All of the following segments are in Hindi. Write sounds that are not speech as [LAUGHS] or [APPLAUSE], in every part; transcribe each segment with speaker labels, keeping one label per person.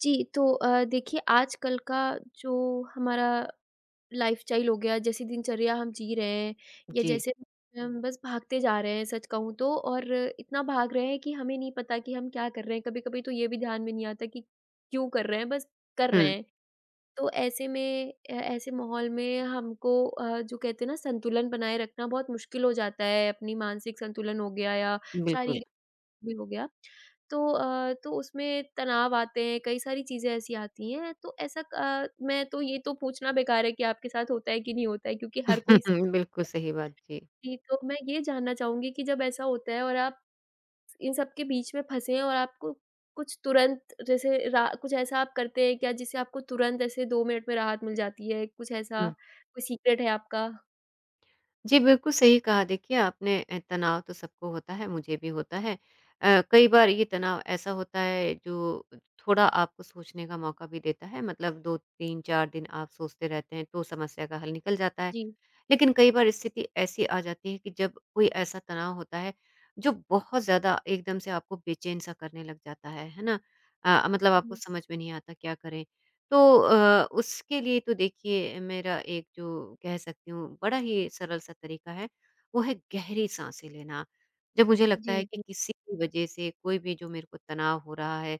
Speaker 1: जी, तो देखिए आजकल का जो हमारा लाइफ़स्टाइल हो गया, जैसी दिनचर्या हम जी रहे हैं या
Speaker 2: जी।
Speaker 1: जैसे हम बस भागते जा रहे हैं सच कहूँ तो, और इतना भाग रहे हैं कि हमें नहीं पता कि हम क्या कर रहे हैं। कभी-कभी तो ये भी ध्यान में नहीं आता कि क्यों कर रहे हैं, बस कर रहे
Speaker 2: हुँ।
Speaker 1: हैं। तो ऐसे में ऐसे माहौल में हमको जो कहते हैं ना संतुलन बनाए रखना बहुत मुश्किल हो जाता है, अपनी मानसिक संतुलन हो गया या
Speaker 2: बिल्कुल।
Speaker 1: शारीरिक भी हो गया। तो उसमें तनाव आते हैं, कई सारी चीज़ें ऐसी आती हैं, मैं तो ये तो पूछना बेकार है कि आपके साथ होता है कि नहीं होता है, क्योंकि हर कोई स
Speaker 2: [LAUGHS] बिल्कुल सही बात, जी।
Speaker 1: जी, तो मैं ये जानना चाहूँगी कि जब ऐसा होता है और आप इन सब के बीच में फँसे हैं और आपको कुछ तुरंत जैसे रा कुछ ऐसा आप करते हैं क्या जिससे आपको तुरंत ऐसे 2 मिनट में राहत मिल जाती है? कुछ ऐसा
Speaker 2: हुँ।
Speaker 1: कोई सीक्रेट है आपका?
Speaker 2: जी, बिल्कुल सही कहा देखिए आपने। तनाव तो सबको होता है, मुझे भी होता है। कई बार ये तनाव ऐसा होता है जो थोड़ा आपको सोचने का मौका भी देता है, मतलब 2, 3, 4 दिन आप सोचते रहते हैं तो समस्या का हल निकल जाता है।
Speaker 1: जी,
Speaker 2: लेकिन कई बार स्थिति ऐसी आ जाती है कि जब कोई ऐसा तनाव होता है जो बहुत ज़्यादा एकदम से आपको बेचैन सा करने लग जाता है ना? मतलब आपको
Speaker 1: जी,
Speaker 2: समझ में नहीं आता क्या करें? तो उसके लिए तो देखिए मेरा एक जो कह सकती हूँ बड़ा ही सरल सा तरीका है, वो है गहरी साँसें लेना। जब मुझे लगता
Speaker 1: जी,
Speaker 2: है कि
Speaker 1: जी।
Speaker 2: किसी भी वजह से कोई भी जो मेरे को तनाव हो रहा है,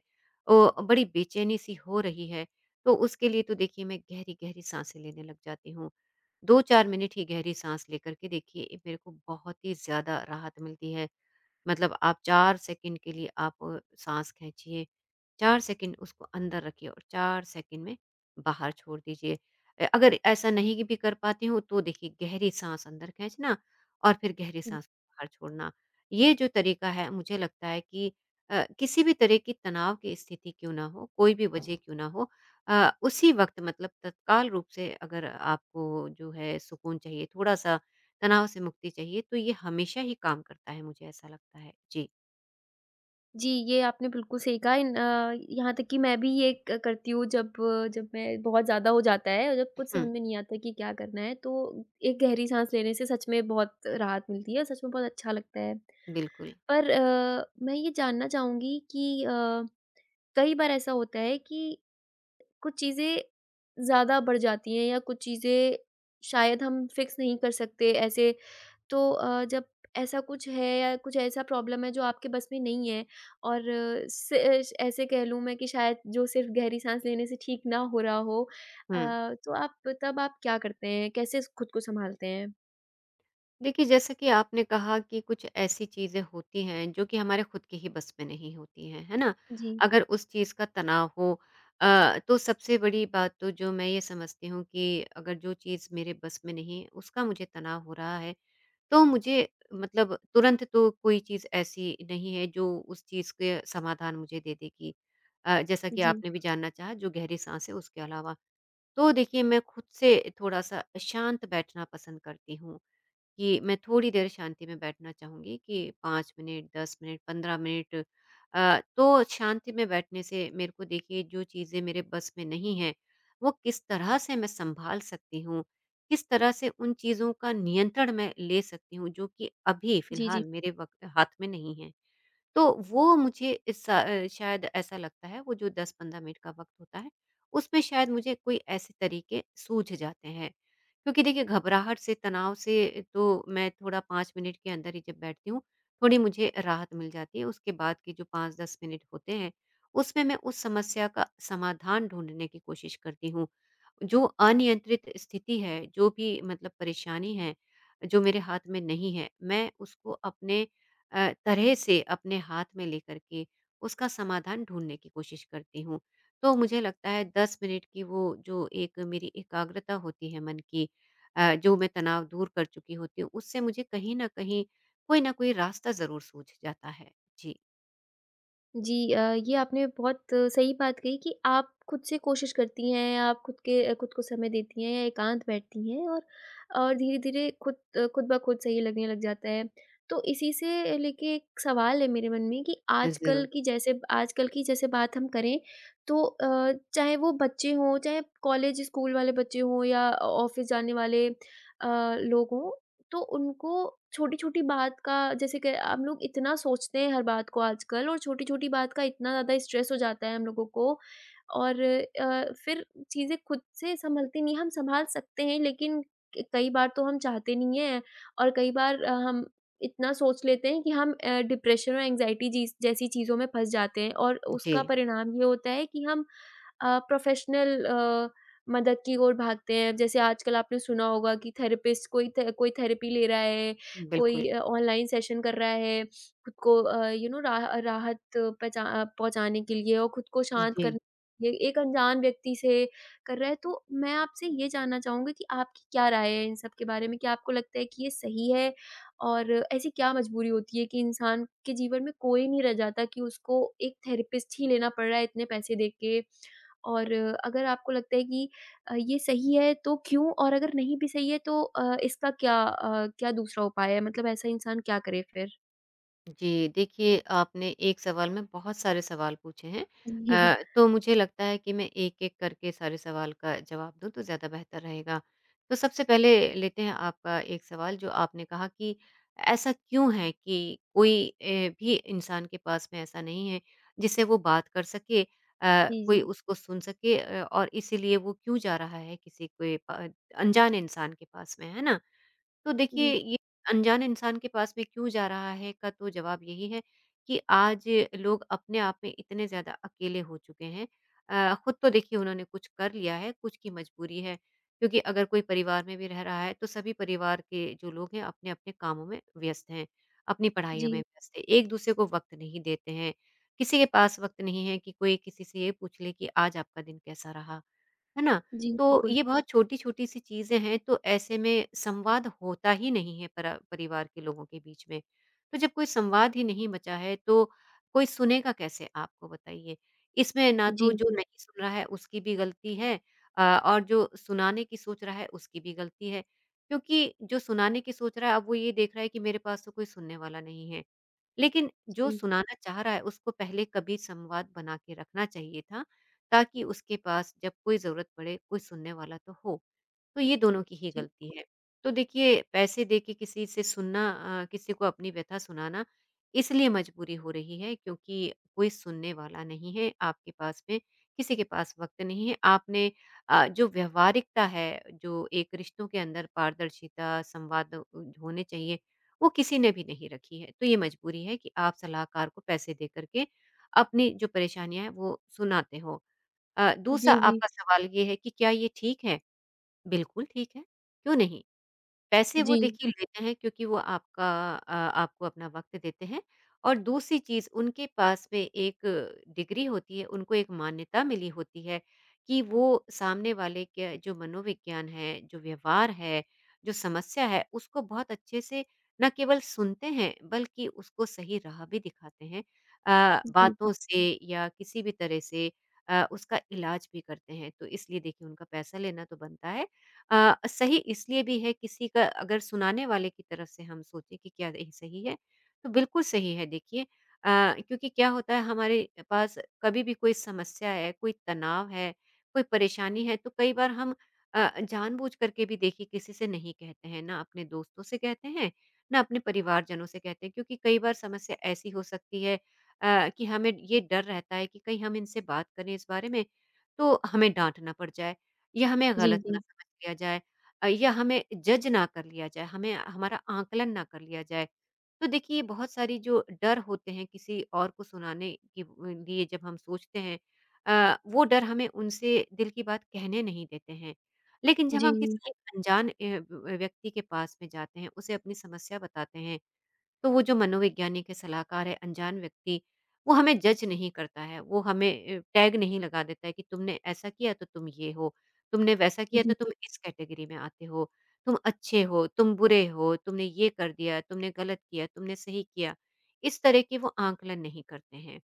Speaker 2: ओ बड़ी बेचैनी-सी हो रही है, तो उसके लिए तो देखिए मैं गहरी-गहरी साँसें लेने लग जाती हूँ। 2-4 मिनट ही गहरी साँस लेकर के देखिए, ये मेरे को बहुत ही ज़्यादा राहत मिलती है। मतलब आप 4 सेकंड के लिए आप साँस खींचिए, 4 सेकंड उसको अंदर रखिए और 4 सेकंड में बाहर छोड़ दीजिए। अगर ऐसा नहीं भी कर पाती हूँ तो देखिए गहरी साँस अंदर खींचना और फिर गहरी साँस बाहर छोड़ना। ये जो तरीका है मुझे लगता है कि किसी भी तरह की तनाव की स्थिति क्यों ना हो, कोई भी वजह क्यों ना हो, उसी वक़्त मतलब तत्काल रूप से अगर आपको जो है सुकून चाहिए, थोड़ा-सा तनाव से मुक्ति चाहिए तो ये हमेशा ही काम करता है मुझे ऐसा लगता है। जी।
Speaker 1: जी, ये आपने बिल्कुल सही कहा, यहाँ तक कि मैं भी ये क करती हूँ, जब जब मैं बहुत ज़्यादा हो जाता है और जब कुछ समझ
Speaker 2: हुँ।
Speaker 1: में नहीं आता कि क्या करना है, तो एक गहरी साँस लेने से सच में बहुत राहत मिलती है, सच में बहुत अच्छा लगता है।
Speaker 2: बिल्कुल।
Speaker 1: पर मैं ये जानना चाहूँगी कि कई बार ऐसा होता है कि कुछ चीज़ें ज़्यादा बढ़ जाती हैं या कुछ चीज़ें शायद हम फ़िक्स नहीं कर सकते ऐसे, तो जब ऐसा कुछ है या कुछ ऐसा प्रॉब्लम है जो आपके बस में नहीं है और से ऐसे कह लूँ मैं कि शायद जो सिर्फ़ गहरी साँस लेने से ठीक ना हो रहा हो, अ,
Speaker 2: हुँ।
Speaker 1: तो आप तब आप क्या करते हैं? कैसे स खुद को सँभालते हैं?
Speaker 2: देखिए, जैसा कि आपने कहा कि कुछ ऐसी चीज़ें होती हैं जो कि हमारे खुद के ही बस में नहीं होती हैं, है ना?
Speaker 1: जी।
Speaker 2: अगर उस चीज़ का तनाव हो, तो सबसे बड़ी बात तो जो मैं ये समझती हूँ कि अगर जो चीज़ मेरे बस में नहीं है उसका मुझे तनाव हो रहा है तो मुझे मतलब तुरंत तो कोई चीज़ ऐसी नहीं है जो उस चीज़ के समाधान मुझे दे देगी। जैसा कि
Speaker 1: जी।
Speaker 2: आपने भी जानना चाहा जो गहरी साँस है उसके अलावा। तो देखिए मैं खुद से थोड़ा-सा शांत बैठना पसंद करती हूँ। कि मैं थोड़ी देर शांति में बैठना चाहूँगी कि 5 मिनट, 10 मिनट, 15 मिनट। तो शांति में बैठने से मेरे को देखिए जो चीज़ें मेरे बस में नहीं हैं, वो किस तरह से मैं सँभाल सकती हूँ, किस तरह से उन चीज़ों का नियंत्रण मैं ले सकती हूँ, जो कि अभी
Speaker 1: जी, जी।
Speaker 2: फ़िलहाल मेरे वक़्त हाथ में नहीं है। तो वो मुझे इस सा शायद ऐसा लगता है वो जो 10-15 मिनट का वक़्त होता है, उसमें शायद मुझे कोई ऐसे तरीके सूझ जाते हैं। क्योंकि देखिए घबराहट से, तनाव से तो मैं थोड़ा 5 मिनट के अंदर ही जब बैठती हूँ, थोड़ी मुझे राहत मिल जाती है। उसके बाद के जो 5-10 मिनट होते हैं, उसमें मैं उस समस्या का समाधान ढूँढने की कोशिश करती हूँ। जो अनियंत्रित स्थिति है, जो भी मतलब परेशानी है, जो मेरे हाथ में नहीं है, मैं उसको अपने तरह से अपने हाथ में लेकर के उसका समाधान ढूँढने की कोशिश करती हूँ। तो मुझे लगता है 10 मिनट की वो जो एक मेरी एकाग्रता होती है मन की, जो मैं तनाव दूर कर चुकी होती हूँ, उससे मुझे कहीं न कहीं कोई न कोई रास्ता ज़रूर सूझ जाता है। जी।
Speaker 1: जी, ये आपने बहुत सही बात कही कि आप खुद से कोशिश करती हैं, आप खुद को समय देती हैं या एकांत बैठती हैं, और धीरे-धीरे खुद ब खुद सही लगने लग जाता है। तो इसी से लेके एक सवाल है मेरे मन में कि आजकल
Speaker 2: ज़रूर।
Speaker 1: की जैसे आजकल की जैसे बात हम करें, तो चाहे वो बच्चे हों, चाहे कॉलेज स्कूल वाले बच्चे हों या ऑ ऑफ़िस जाने वाले लोग हों, तो उनको छोटी-छोटी बात का, जैसे कि हम लोग इतना सोचते हैं हर बात को आजकल, और छोटी-छोटी बात का इतना ज़्यादा स्ट्रेस हो जाता है हम लोगों को, और फिर चीज़ें खुद से सँभलती नहीं हैं। हम सँभाल सकते हैं, लेकिन क कई बार तो हम चाहते नहीं हैं, और कई बार हम इतना सोच लेते हैं कि हम डिप्रेशन और एंग्ज़ायटी जीस जैसी चीज़ों में फँस जाते हैं, और
Speaker 2: जी।
Speaker 1: उसका परिणाम ये होता है कि हम प्रोफ़ेशनल मदद की ओर भागते हैं। जैसे आजकल आपने सुना होगा कि थेरेपिस्ट, कोई थेरेपी ले रहा है, कोई
Speaker 2: बिल्कुल।
Speaker 1: ऑनलाइन सेशन कर रहा है, खुद को यू नो राहत पहुँचाने के लिए और खुद को शांत
Speaker 2: जी।
Speaker 1: करने, ये एक अनजान व्यक्ति से कर रहा है। तो मैं आपसे ये जानना चाहूँगी कि आपकी क्या राय है इन सब के बारे में? क्या आपको लगता है कि ये सही है? और ऐसी क्या मजबूरी होती है कि इंसान के जीवन में कोई नहीं रह जाता कि उसको एक थेरेपिस्ट ही लेना पड़ रहा है इतने पैसे दे के? और अगर आपको लगता है कि ये सही है तो क्यों, और अगर नहीं भी सही है तो इसका क्या दूसरा उपाय है? मतलब ऐसा इंसान क्या करे फिर?
Speaker 2: जी, देखिए आपने एक सवाल में बहुत सारे सवाल पूछे हैं।
Speaker 1: जी,
Speaker 2: तो मुझे लगता है कि मैं एक-एक करके सारे सवाल का जवाब दूँ तो ज़्यादा बेहतर रहेगा। तो सबसे पहले लेते हैं आपका एक सवाल जो आपने कहा कि ऐसा क्यों है कि कोई भी इंसान के पास में ऐसा नहीं है जिससे वो बात कर सके,
Speaker 1: जी,
Speaker 2: कोई
Speaker 1: जी।
Speaker 2: उसको सुन सके, और इसीलिए वो क्यों जा रहा है किसी कोई प अनजान इंसान के पास में, है ना? तो देखिए
Speaker 1: जी,
Speaker 2: ये अनजान इंसान के पास में क्यों जा रहा है का तो जवाब यही है कि आज लोग अपने आप में इतने ज़्यादा अकेले हो चुके हैं। खुद तो देखिए उन्होंने कुछ कर लिया है, कुछ की मजबूरी है क्योंकि अगर कोई परिवार में भी रह रहा है तो सभी परिवार के जो लोग हैं अपने-अपने कामों में व्यस्त हैं, अपनी पढ़ाइयों में
Speaker 1: जी,
Speaker 2: व्यस्त हैं, एक-दूसरे को वक़्त नहीं देते हैं। किसी के पास वक़्त नहीं है कि कोई किसी से ये पूछ ले कि आज आपका दिन कैसा रहा? है ना?
Speaker 1: जी,
Speaker 2: तो
Speaker 1: बिल्कुल।
Speaker 2: ये बहुत छोटी-छोटी सी चीज़ें हैं, तो ऐसे में संवाद होता ही नहीं है परा परिवार के लोगों के बीच में। तो जब कोई संवाद ही नहीं बचा है, तो कोई सुनेगा कैसे आपको बताइए? इसमें ना
Speaker 1: जी,
Speaker 2: तो जो
Speaker 1: जी,
Speaker 2: नहीं सुन रहा है, उसकी भी गलती है, और जो सुनाने की सोच रहा है, उसकी भी गलती है। क्योंकि जो सुनाने की सोच रहा है, अब वो ये देख रहा है कि मेरे पास तो कोई सुनने वाला नहीं है। लेकिन जो
Speaker 1: जी,
Speaker 2: सुनाना चाह रहा है, उसको पहले कभी संवाद बना के रखना चाहिए था ताकि उसके पास जब कोई ज़रूरत पड़े, कोई सुनने वाला तो हो। तो ये दोनों की ही
Speaker 1: जी।
Speaker 2: गलती है। तो देखिए पैसे दे के किसी से सुनना, किसी को अपनी व्यथा सुनाना इसलिए मजबूरी हो रही है क्योंकि कोई सुनने वाला नहीं है आपके पास में, किसी के पास वक़्त नहीं है। आपने जो व्यावहारिकता है, जो एक रिश्तों के अंदर पारदर्शिता, संवाद होने चाहिए, वो किसी ने भी नहीं रखी है। तो ये मजबूरी है कि आप सलाहकार को पैसे दे कर के अपनी जो परेशानियाँ हैं वो सुनाते हो।
Speaker 1: जी,
Speaker 2: दूसरा
Speaker 1: जी,
Speaker 2: आपका सवाल ये है कि क्या ये ठीक है? बिल्कुल ठीक है, क्यों नहीं? पैसे
Speaker 1: जी,
Speaker 2: वो
Speaker 1: जी,
Speaker 2: देखिए लेते हैं क्योंकि वो आपका आपको अपना वक़्त देते हैं और दूसरी चीज़ उनके पास में एक डिग्री होती है, उनको एक मान्यता मिली होती है कि वो सामने वाले के जो मनोविज्ञान है, जो व्यवहार है, जो समस्या है, उसको बहुत अच्छे से न केवल सुनते हैं बल्कि उसको सही राह भी दिखाते हैं।
Speaker 1: जी,
Speaker 2: बातों से या किसी भी तरह से उसका इलाज भी करते हैं। तो इसलिए देखिए उनका पैसा लेना तो बनता है, सही इसलिए भी है किसी का अगर सुनाने वाले की तरफ से हम सोचें कि क्या यही सही है, तो बिल्कुल सही है देखिए। क्योंकि क्या होता है हमारे पास कभी भी कोई समस्या है, कोई तनाव है, कोई परेशानी है तो कई बार हम जानबूझ करके भी देखिए किसी से नहीं कहते हैं, ना अपने दोस्तों से कहते हैं, ना अपने परिवारजनों से कहते हैं क्योंकि कई बार समस्या ऐसी हो सकती है, कि हमें ये डर रहता है कि कहीं हम इनसे बात करें इस बारे में, तो हमें डाँट ना पड़ जाए। या हमें
Speaker 1: जी,
Speaker 2: गलत ना
Speaker 1: जी,
Speaker 2: समझ लिया जाए, या हमें जज ना कर लिया जाए, हमें हमारा आकलन ना कर लिया जाए। तो देखिए बहुत सारी जो डर होते हैं किसी और को सुनाने के लिए जब हम सोचते हैं, वो डर हमें उनसे दिल की बात कहने नहीं देते हैं। लेकिन जब
Speaker 1: जी,
Speaker 2: हम किसी एक अनजान व व्यक्ति के पास में जाते हैं, उसे अपनी समस्या बताते हैं तो वो जो मनोवैज्ञानिक है, सलाहकार है, अनजान व्यक्ति, वो हमें जज नहीं करता है, वो हमें टैग नहीं लगा देता है कि तुमने ऐसा किया तो तुम ये हो, तुमने वैसा किया
Speaker 1: जी,
Speaker 2: तो तुम इस कैटेगरी में आते हो, तुम अच्छे हो, तुम बुरे हो, तुमने ये कर दिया, तुमने गलत किया, तुमने सही किया। इस तरह के वो आकलन नहीं करते हैं।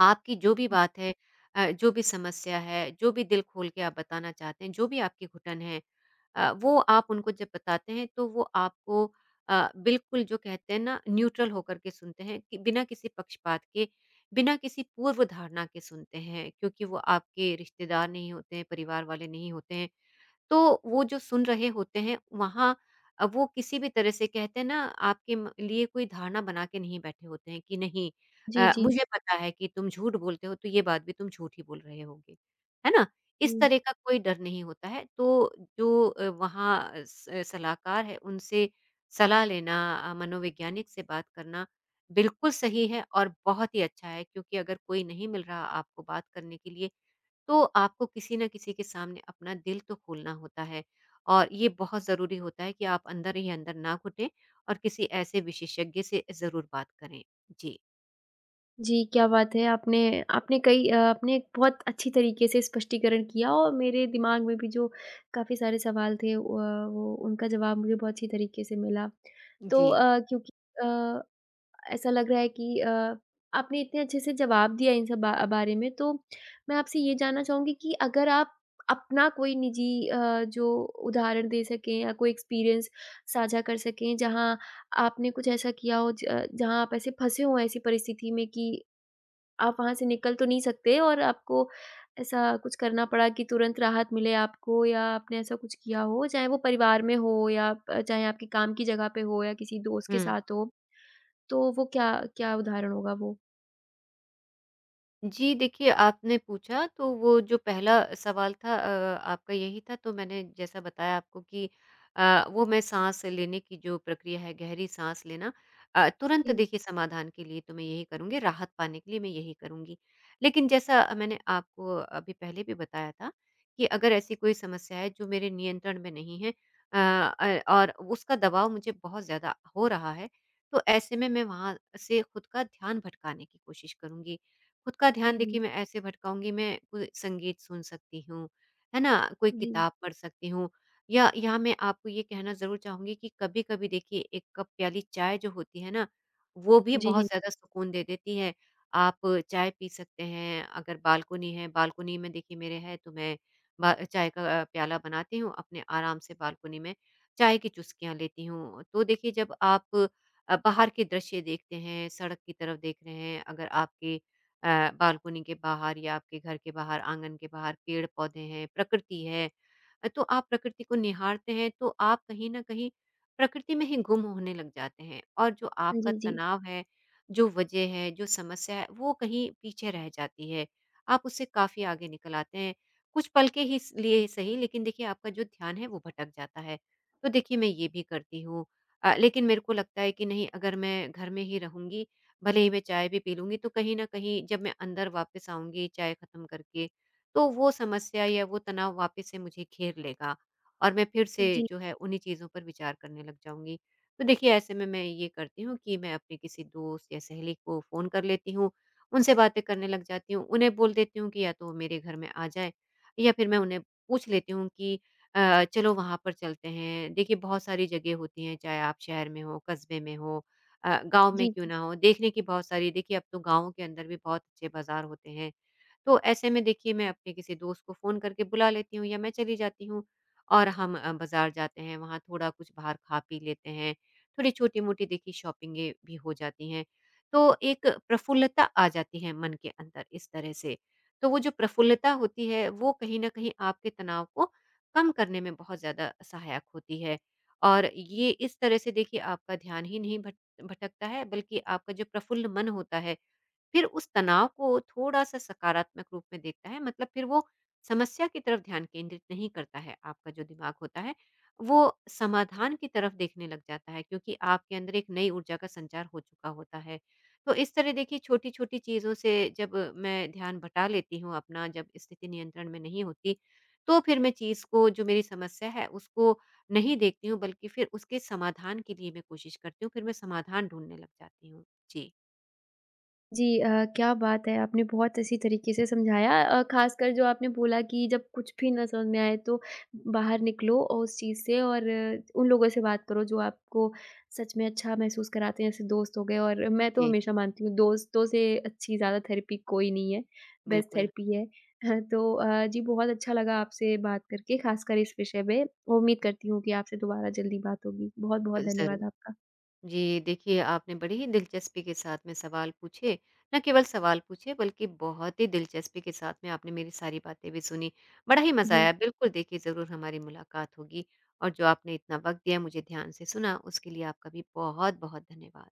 Speaker 2: आपकी जो भी बात है, जो भी समस्या है, जो भी दिल खोल के आप बताना चाहते हैं, जो भी आपकी घुटन है, वो आप उनको जब बताते हैं तो वो आपको बिल्कुल जो कहते हैं ना न्यूट्रल होकर के सुनते हैं कि बिना किसी पक्षपात के, बिना किसी पूर्व धारणा के सुनते हैं क्योंकि वो आपके रिश्तेदार नहीं होते हैं, परिवार वाले नहीं होते हैं। तो वो जो सुन रहे होते हैं वहाँ वो किसी भी तरह से कहते हैं ना आपके म लिए कोई धारणा बना के नहीं बैठे होते हैं कि नहीं,
Speaker 1: जी, जी, जी।
Speaker 2: मुझे पता है कि तुम झूठ बोलते हो तो ये बात भी तुम झूठ ही बोल रहे होगे। है ना?
Speaker 1: हुँ।
Speaker 2: इस तरह का कोई डर नहीं होता है। तो जो वहाँ सलाहकार है उनसे सलाह लेना मनोवैज्ञानिक से बात करना बिल्कुल सही है और बहुत ही अच्छा है क्योंकि अगर कोई नहीं मिल रहा आपको बात करने के लिए तो आपको किसी न किसी के सामने अपना दिल तो खोलना होता है और ये बहुत ज़रूरी होता है कि आप अंदर ही अंदर ना घुटें और किसी ऐसे विशेषज्ञ से ज़रूर बात करें। जी।
Speaker 1: जी, क्या बात है! आपने आपने कई अ, आपने बहुत अच्छी तरीके से स्पष्टीकरण किया, और मेरे दिमाग में भी जो काफ़ी सारे सवाल थे, वो उनका जवाब मुझे बहुत अच्छी तरीके से मिला। तो
Speaker 2: जी।
Speaker 1: क्योंकि अ, ऐसा लग रहा है कि आपने इतने अच्छे से जवाब दिया इन सब बा बारे में, तो मैं आपसे ये जानना चाहूँगी कि अगर आप अपना कोई निजी जो उदाहरण दे सकें या कोई एक्सपीरियंस साझा कर सकें, जहाँ आपने कुछ ऐसा किया हो, ज जहाँ आप ऐसे फँसे हों ऐसी परिस्थिति में कि आप वहाँ से निकल तो नहीं सकते और आपको ऐसा कुछ करना पड़ा कि तुरंत राहत मिले आपको, या आपने ऐसा कुछ किया हो, चाहे वो परिवार में हो या चाहे आपके काम की जगह पे हो या किसी दोस्त के
Speaker 2: हुँ।
Speaker 1: साथ हो, तो वो क्या क्या उदाहरण होगा वो?
Speaker 2: जी, देखिए आपने पूछा तो वो जो पहला सवाल था आपका यही था तो मैंने जैसा बताया आपको कि वो मैं साँस लेने की जो प्रक्रिया है गहरी साँस लेना। तुरंत
Speaker 1: जी,
Speaker 2: देखिए समाधान के लिए तो मैं यही करूँगी, राहत पाने के लिए मैं यही करूँगी। लेकिन जैसा मैंने आपको अभी पहले भी बताया था कि अगर ऐसी कोई समस्या है जो मेरे नियंत्रण में नहीं है और उसका दबाव मुझे बहुत ज़्यादा हो रहा है, तो ऐसे में मैं वहाँ से खुद का ध्यान भटकाने की कोशिश करूँगी। खुद का ध्यान
Speaker 1: जी, जी।
Speaker 2: देखिए मैं ऐसे भटकाऊँगी मैं कोई संगीत सुन सकती हूँ, है ना? कोई
Speaker 1: जी।
Speaker 2: किताब पढ़ सकती हूँ या यहाँ मैं आपको ये कहना ज़रूर चाहूँगी कि कभी-कभी देखिए 1 कप प्याली चाय जो होती है ना, वो भी
Speaker 1: जी, जी।
Speaker 2: बहुत ज़्यादा सुकून दे देती है। आप चाय पी सकते हैं, अगर बालकनी है, बालकनी में देखिए मेरे है तो मैं बा चाय का प्याला बनाती हूँ, अपने आराम से बालकनी में चाय की चुस्कियाँ लेती हूँ। तो देखिए जब आप बाहर के दृश्य देखते हैं, सड़क की तरफ देख रहे हैं, अगर आपके बालकनी के बाहर या आपके घर के बाहर, आंगन के बाहर पेड़-पौधे हैं, प्रकृति है। तो आप प्रकृति को निहारते हैं, तो आप कहीं न कहीं प्रकृति में ही गुम होने लग जाते हैं और जो आपका
Speaker 1: जी,
Speaker 2: तनाव है, जो वजह है, जो समस्या है, वो कहीं पीछे रह जाती है। आप उससे काफ़ी आगे निकल आते हैं। कुछ पल के ही स लिए सही, लेकिन देखिए आपका जो ध्यान है, वो भटक जाता है। तो देखिए मैं ये भी करती हूँ। लेकिन मेरे को लगता है कि नहीं अगर मैं घर में ही रहूँगी भले ही मैं चाय भी पी लूँगी, तो कहीं न कहीं जब मैं अंदर वापस आऊँगी चाय ख़त्म करके, तो वो समस्या या वो तनाव वापस से मुझे घेर लेगा और मैं फिर से
Speaker 1: जी।
Speaker 2: जो है उन्हीं चीज़ों पर विचार करने लग जाऊँगी। तो देखिए ऐसे में मैं ये करती हूँ कि मैं अपने किसी दोस्त या सहेली को फ़ोन कर लेती हूँ, उनसे बातें करने लग जाती हूँ, उन्हें बोल देती हूँ कि या तो वो मेरे घर में आ जाएँ या फिर मैं उन्हें पूछ लेती हूँ कि चलो वहाँ पर चलते हैं। देखिए बहुत सारी जगह होती हैं, चाहे आप शहर में हो, कस्बे में हो गाँव में
Speaker 1: जी।
Speaker 2: क्यों ना हो, देखने की बहुत सारी देखिए अब तो गाँवों के अंदर भी बहुत अच्छे बाज़ार होते हैं। तो ऐसे में देखिए मैं अपने किसी दोस्त को फ़ोन करके बुला लेती हूँ या मैं चली जाती हूँ और हम बाज़ार जाते हैं, वहाँ थोड़ा कुछ बाहर खा-पी लेते हैं। थोड़ी छोटी-मोटी देखिए शॉपिंगें भी हो जाती हैं। तो एक प्रफुल्लता आ जाती है मन के अंदर इस तरह से। तो वो जो प्रफुल्लता होती है, वो कहीं न कहीं आपके तनाव को कम करने में बहुत ज़्यादा सहायक होती है और ये इस तरह से देखिए आपका ध्यान ही नहीं भट भटकता है बल्कि आपका जो प्रफुल्ल मन होता है, फिर उस तनाव को थोड़ा-सा सकारात्मक रूप में देखता है, मतलब फिर वो समस्या की तरफ ध्यान केंद्रित नहीं करता है। आपका जो दिमाग होता है, वो समाधान की तरफ देखने लग जाता है क्योंकि आपके अंदर एक नई ऊर्जा का संचार हो चुका होता है। तो इस तरह देखिए छोटी-छोटी चीज़ों से जब मैं ध्यान बँटा लेती हूँ अपना, जब स्थिति नियंत्रण में नहीं होती, तो फिर मैं चीज़ को जो मेरी समस्या है, उसको नहीं देखती हूँ बल्कि फिर उसके समाधान के लिए मैं कोशिश करती हूँ, फिर मैं समाधान ढूँढने लग जाती हूँ। जी।
Speaker 1: जी, क्या बात है! आपने बहुत अच्छी तरीके से समझाया, ख़ासकर जो आपने बोला कि जब कुछ भी ना समझ में आए तो बाहर निकलो, और उस चीज़ से और उन लोगों से बात करो जो आपको सच में अच्छा महसूस कराते हैं, जैसे दोस्त हो गए, और मैं तो
Speaker 2: जी।
Speaker 1: हमेशा मानती हूँ दोस्तों से अच्छी ज़्यादा थेरेपी कोई नहीं है, बेस्ट
Speaker 2: बिल्कुल।
Speaker 1: थेरेपी है। [LAUGHS] हाँ, तो जी बहुत अच्छा लगा आपसे बात करके, ख़ासकर इस विषय में। उम्मीद करती हूँ कि आपसे दोबारा जल्दी बात होगी। बहुत-बहुत धन्यवाद
Speaker 2: ज़रूर।
Speaker 1: आपका।
Speaker 2: जी, देखिए आपने बड़ी ही दिलचस्पी के साथ में सवाल पूछे, ना केवल सवाल पूछे बल्कि बहुत ही दिलचस्पी के साथ में आपने मेरी सारी बातें भी सुनी। बड़ा ही मज़ा
Speaker 1: जी।
Speaker 2: आया, बिल्कुल देखिए ज़रूर हमारी मुलाकात होगी और जो आपने इतना वक़्त दिया, मुझे ध्यान से सुना, उसके लिए आपका भी बहुत-बहुत धन्यवाद।